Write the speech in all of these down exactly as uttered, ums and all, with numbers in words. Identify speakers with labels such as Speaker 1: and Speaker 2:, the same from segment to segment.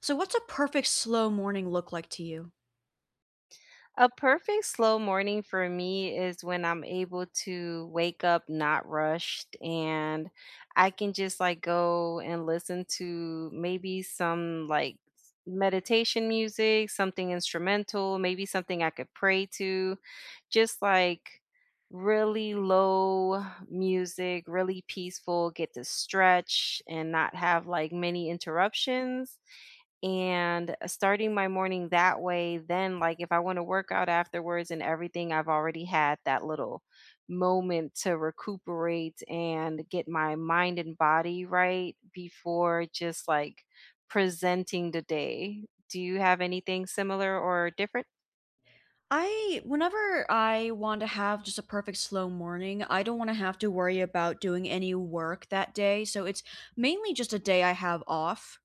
Speaker 1: So, what's a perfect slow morning look like to you?
Speaker 2: A perfect slow morning for me is when I'm able to wake up not rushed, and I can just like go and listen to maybe some like s- meditation music, something instrumental, maybe something I could pray to, just like really low music, really peaceful, get to stretch and not have like many interruptions. And uh, starting my morning that way, then like if I want to work out afterwards, and everything, I've already had that little moment to recuperate and get my mind and body right before just like presenting the day. Do you have anything similar or different?
Speaker 1: I, whenever I want to have just a perfect slow morning, I don't want to have to worry about doing any work that day. So, it's mainly just a day I have off.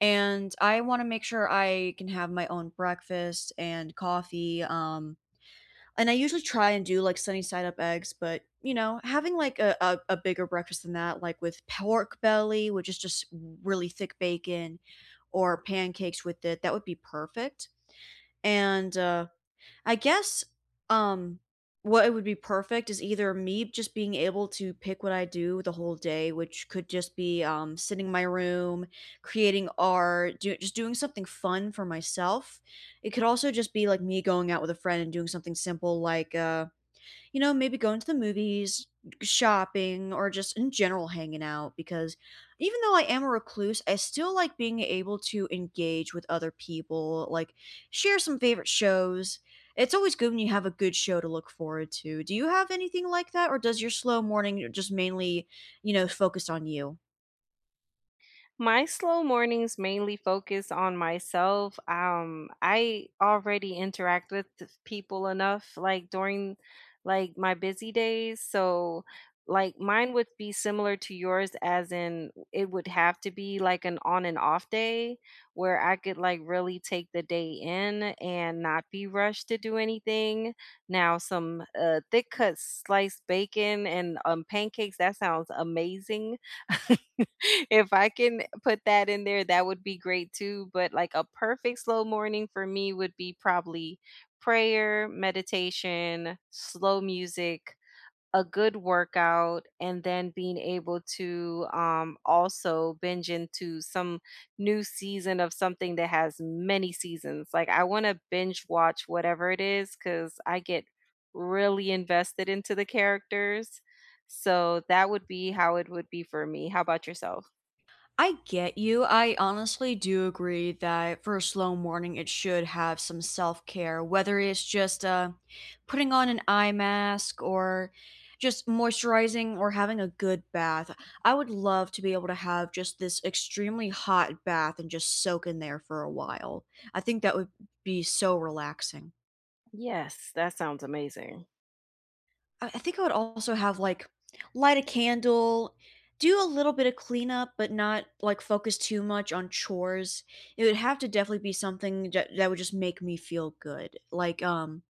Speaker 1: And I want to make sure I can have my own breakfast and coffee. Um, and I usually try and do like sunny side up eggs, but you know, having like a, a, a bigger breakfast than that, like with pork belly, which is just really thick bacon, or pancakes with it, that would be perfect. And, uh, I guess, um, what it would be perfect is either me just being able to pick what I do the whole day, which could just be, um, sitting in my room, creating art, do just doing something fun for myself. It could also just be, like, me going out with a friend and doing something simple like, uh you know, maybe going to the movies, shopping, or just in general hanging out because even though I am a recluse, I still like being able to engage with other people, like share some favorite shows. It's always good when you have a good show to look forward to. Do you have anything like that, or does your slow morning just mainly, you know, focused on you?
Speaker 2: My slow mornings mainly focus on myself. Um, I already interact with th- people enough, like during like my busy days. So like mine would be similar to yours, as in it would have to be like an on and off day where I could like really take the day in and not be rushed to do anything. Now some uh, thick cut sliced bacon and um pancakes, that sounds amazing. If I can put that in there, that would be great too. But like a perfect slow morning for me would be probably prayer, meditation, slow music, a good workout, and then being able to um, also binge into some new season of something that has many seasons. Like, I want to binge watch whatever it is because I get really invested into the characters. So, that would be how it would be for me. How about yourself?
Speaker 1: I get you. I honestly do agree that for a slow morning, it should have some self care, whether it's just uh, putting on an eye mask or just moisturizing or having a good bath. I would love to be able to have just this extremely hot bath and just soak in there for a while. I think that would be so relaxing.
Speaker 2: Yes, that sounds amazing.
Speaker 1: I I think I would also have, like, light a candle, do a little bit of cleanup, but not, like, focus too much on chores. It would have to definitely be something that that would just make me feel good. Like, um,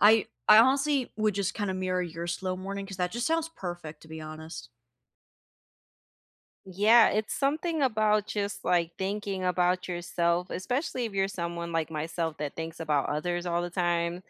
Speaker 1: I I honestly would just kinda mirror your slow morning because that just sounds perfect, to be honest.
Speaker 2: Yeah, it's something about just like thinking about yourself, especially if you're someone like myself that thinks about others all the time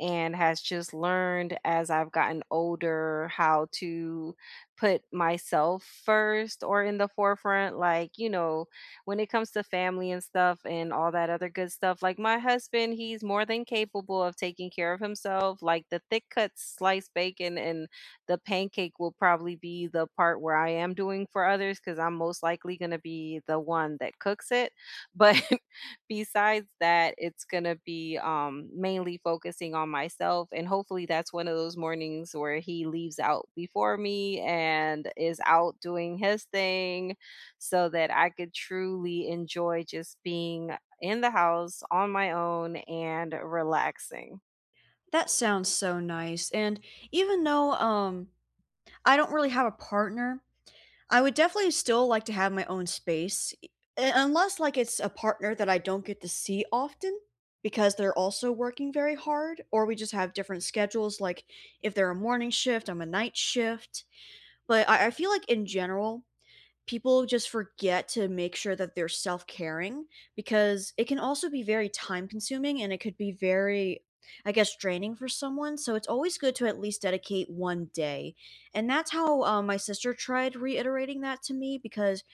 Speaker 2: and has just learned, as I've gotten older, how to put myself first or in the forefront. Like, you know, when it comes to family and stuff and all that other good stuff, like my husband, he's more than capable of taking care of himself. Like the thick cuts, sliced bacon, and the pancake will probably be the part where I am doing for others because I'm most likely going to be the one that cooks it. But besides that, it's going to be um, mainly focusing on myself. And hopefully, that's one of those mornings where he leaves out before me and is out doing his thing, so that I could truly enjoy just being in the house on my own and relaxing.
Speaker 1: That sounds so nice, and even though, um, I don't really have a partner, I would definitely still like to have my own space, e- unless like it's a partner that I don't get to see often because they're also working very hard, or we just have different schedules. Like if they're a morning shift, I'm a night shift. But I, I feel like in general, people just forget to make sure that they're self-caring because it can also be very time consuming and it could be very I guess draining for someone, so it's always good to at least dedicate one day. And that's how, um, my sister tried reiterating that to me because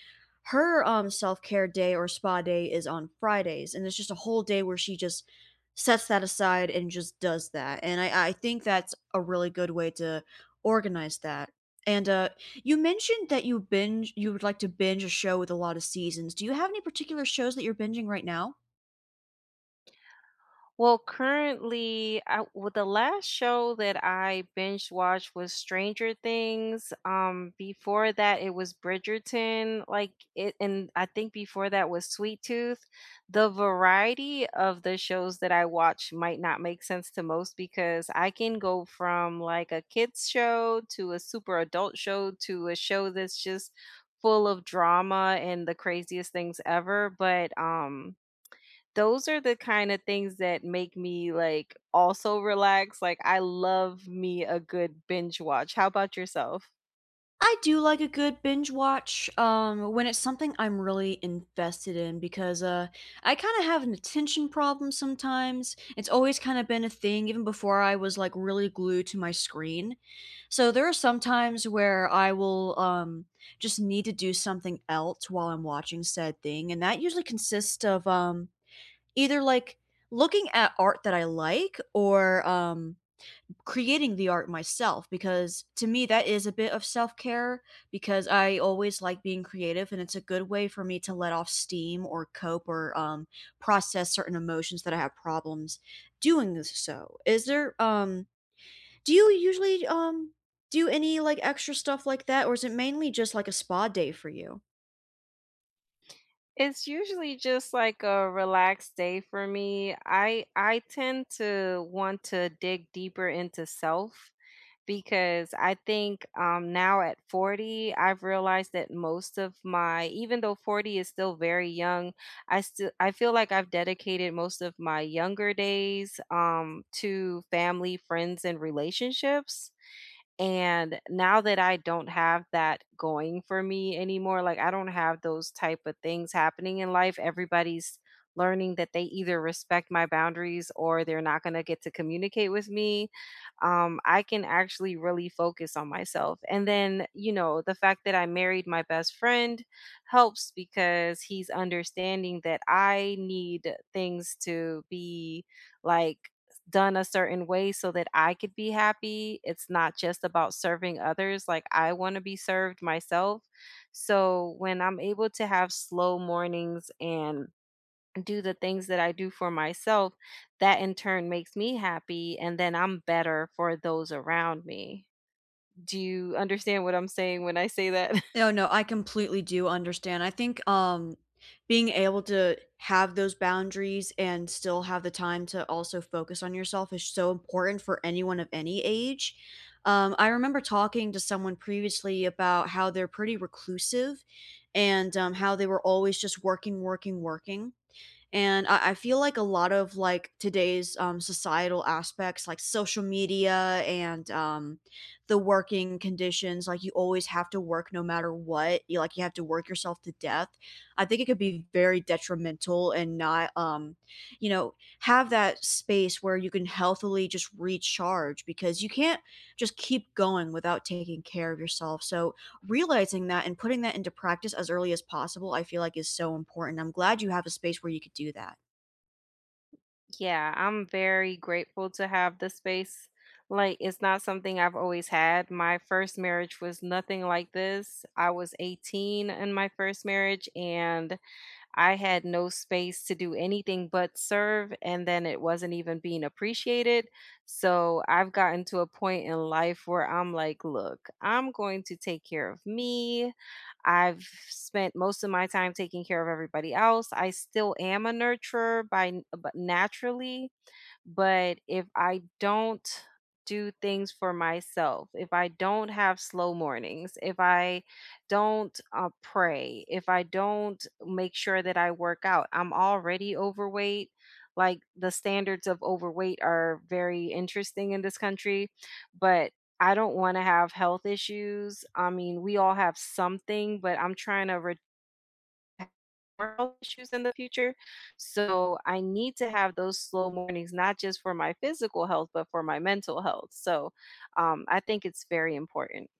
Speaker 1: her um self-care day or spa day is on Fridays and it's just a whole day where she just sets that aside and just does that. And I I think that's a really good way to organize that. And uh you mentioned that you binge you would like to binge a show with a lot of seasons. Do you have any particular shows that you're binging right now?
Speaker 2: Well, currently, I, well, the last show that I binge watched was Stranger Things. Um, before that, it was Bridgerton. Like it, and I think before that was Sweet Tooth. The variety of the shows that I watch might not make sense to most, because I can go from like a kids show to a super adult show to a show that's just full of drama and the craziest things ever. But um, those are the kinda things that make me, like, also relax. Like, I love me a good binge watch. How about yourself?
Speaker 1: I do like a good binge watch, um, when it's something I'm really invested in because, uh, I kinda have an attention problem sometimes. It's always kinda been a thing even before I was, like, really glued to my screen. So there are some times where I will, um, just need to do something else while I'm watching said thing, and that usually consists of, um, either, like, looking at art that I like or, um creating the art myself because to me that is a bit of self-care because I always like being creative and it's a good way for me to let off steam or cope or um, process certain emotions that I have problems doing so. Is there um do you usually um do any like extra stuff like that or is it mainly just like a spa day for you?
Speaker 2: It's usually just, like, a relaxed day for me. I I tend to want to dig deeper into self because I think um, now at forty, I've realized that most of my, even though forty is still very young, I still I feel like I've dedicated most of my younger days um, to family, friends, and relationships. And now that I don't have that going for me anymore, like I don't have those type of things happening in life. Everybody's learning that they either respect my boundaries or they're not going to get to communicate with me. Um, I can actually really focus on myself. And then, you know, the fact that I married my best friend helps because he's understanding that I need things to be like done a certain way so that I could be happy. It's not just about serving others. Like I want to be served myself. So when I'm able to have slow mornings and do the things that I do for myself, that in turn makes me happy. And then I'm better for those around me. Do you understand what I'm saying when I say that?
Speaker 1: No, no, I completely do understand. I think, um, being able to have those boundaries and still have the time to also focus on yourself is so important for anyone of any age. Um, I remember talking to someone previously about how they're pretty reclusive and, um, how they were always just working, working, working. And I, I feel like a lot of like today's um, societal aspects, like social media and um, the working conditions, like you always have to work no matter what. You like you have to work yourself to death. I think it could be very detrimental and not, um, you know, have that space where you can healthily just recharge because you can't just keep going without taking care of yourself. So realizing that and putting that into practice as early as possible, I feel like is so important. I'm glad you have a space where you could do that.
Speaker 2: Yeah, I'm very grateful to have the space. Like, it's not something I've always had. My first marriage was nothing like this. I was eighteen in my first marriage, and I had no space to do anything but serve, and then it wasn't even being appreciated. So I've gotten to a point in life where I'm like, look, I'm going to take care of me. I've spent most of my time taking care of everybody else. I still am a nurturer by n- but naturally, but if I don't do things for myself, if I don't have slow mornings, if I don't uh, pray, if I don't make sure that I work out, I'm already overweight. Like the standards of overweight are very interesting in this country, but I don't want to have health issues. I mean, we all have something, but I'm trying to have health issues in the future. So I need to have those slow mornings, not just for my physical health, but for my mental health. So um, I think it's very important.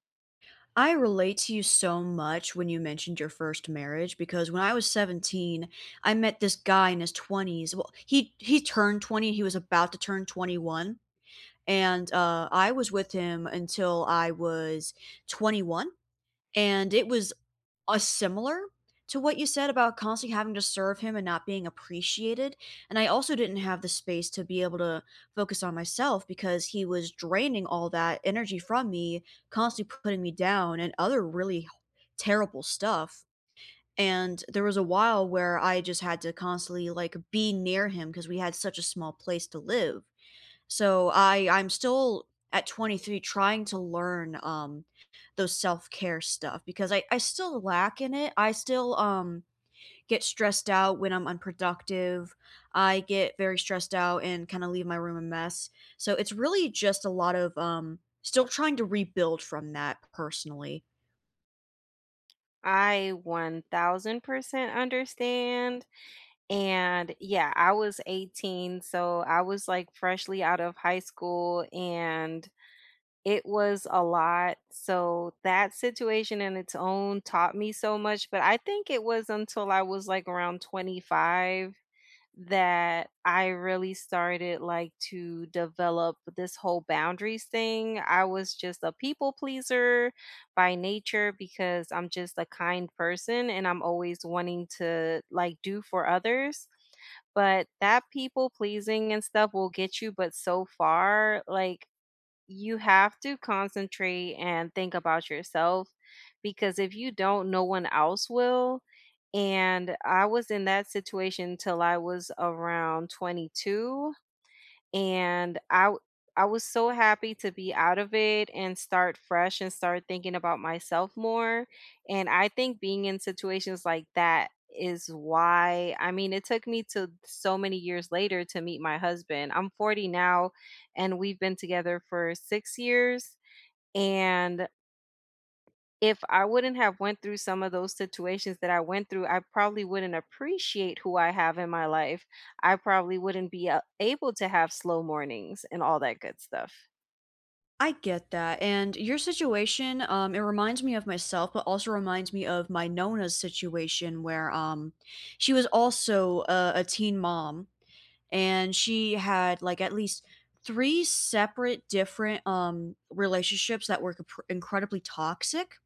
Speaker 1: I relate to you so much when you mentioned your first marriage because when I was seventeen, I met this guy in his twenties. Well, he he turned twenty, he was about to turn twenty-one, and uh I was with him until I was twenty-one. And it was uh, similar to what you said about constantly having to serve him and not being appreciated. And I also didn't have the space to be able to focus on myself because he was draining all that energy from me, constantly putting me down and other really terrible stuff. And there was a while where I just had to constantly like be near him because we had such a small place to live. So I I'm still at twenty-three trying to learn um those self-care stuff because I I still lack in it. I still um get stressed out when I'm unproductive. I get very stressed out and kind of leave my room a mess. So it's really just a lot of um still trying to rebuild from that personally.
Speaker 2: I one thousand percent understand. And yeah, I was eighteen. So I was like freshly out of high school, and it was a lot. So that situation in its own taught me so much. But I think it was until I was like around twenty-five that I really started like to develop this whole boundaries thing. I was just a people pleaser by nature because I'm just a kind person and I'm always wanting to like do for others. But that people pleasing and stuff will get you, but so far, like you have to concentrate and think about yourself, because if you don't, no one else will. And I was in that situation till I was around twenty-two, and I w- I was so happy to be out of it and start fresh and start thinking about myself more. And I think being in situations like that is why, I mean, it took me to so many years later to meet my husband. I'm forty now and we've been together for six years, and if I wouldn't have went through some of those situations that I went through, I probably wouldn't appreciate who I have in my life. I probably wouldn't be a able to have slow mornings and all that good stuff.
Speaker 1: I get that, and your situation, um, it reminds me of myself, but also reminds me of my Nona's situation where, um, she was also a, a teen mom, and she had like at least three separate different um relationships that were compr- incredibly toxic.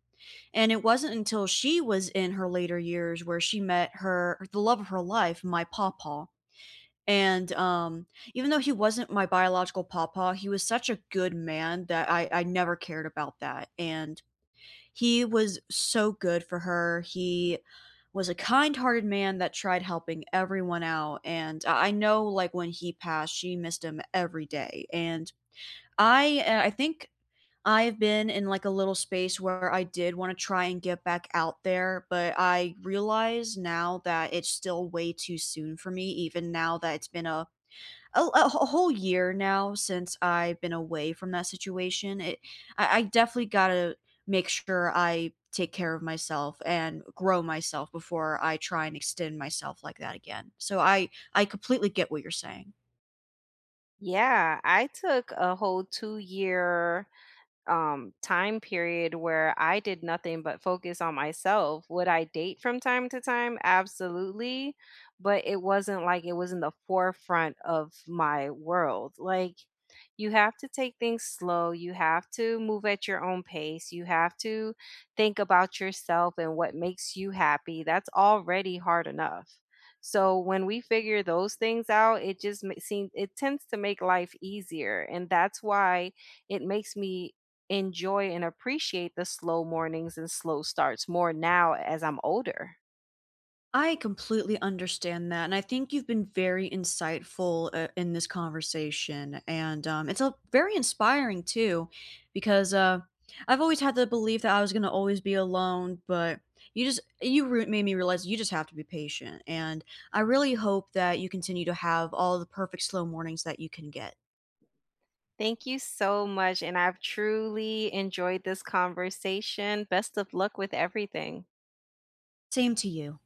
Speaker 1: And it wasn't until she was in her later years where she met her the love of her life, my pawpaw. And, um, even though he wasn't my biological papa, he was such a good man that I I never cared about that, and he was so good for her. He was a kind-hearted man that tried helping everyone out, and I I know, like, when he passed, she missed him every day, and I uh, I think I've been in, like, a little space where I did wanna try and get back out there, but I realize now that it's still way too soon for me even now that it's been a a, a wh- whole year now since I've been away from that situation. It, I, I definitely gotta make sure I take care of myself and grow myself before I try and extend myself like that again. So I I completely get what you're saying.
Speaker 2: Yeah, I took a whole two year um time period where I did nothing but focus on myself. Would I date from time to time? Absolutely, but it wasn't like it was in the forefront of my world. Like you have to take things slow. You have to move at your own pace. You have to think about yourself and what makes you happy. That's already hard enough. So when we figure those things out, it just ma- seems it tends to make life easier, and that's why it makes me enjoy and appreciate the slow mornings and slow starts more now as I'm older.
Speaker 1: I completely understand that, and I think you've been very insightful uh, in this conversation, and um, it's a very inspiring too, because uh, I've always had the belief that I was gonna always be alone, but you just you re- made me realize you just have to be patient, and I really hope that you continue to have all the perfect slow mornings that you can get.
Speaker 2: Thank you so much. And I've truly enjoyed this conversation. Best of luck with everything.
Speaker 1: Same to you.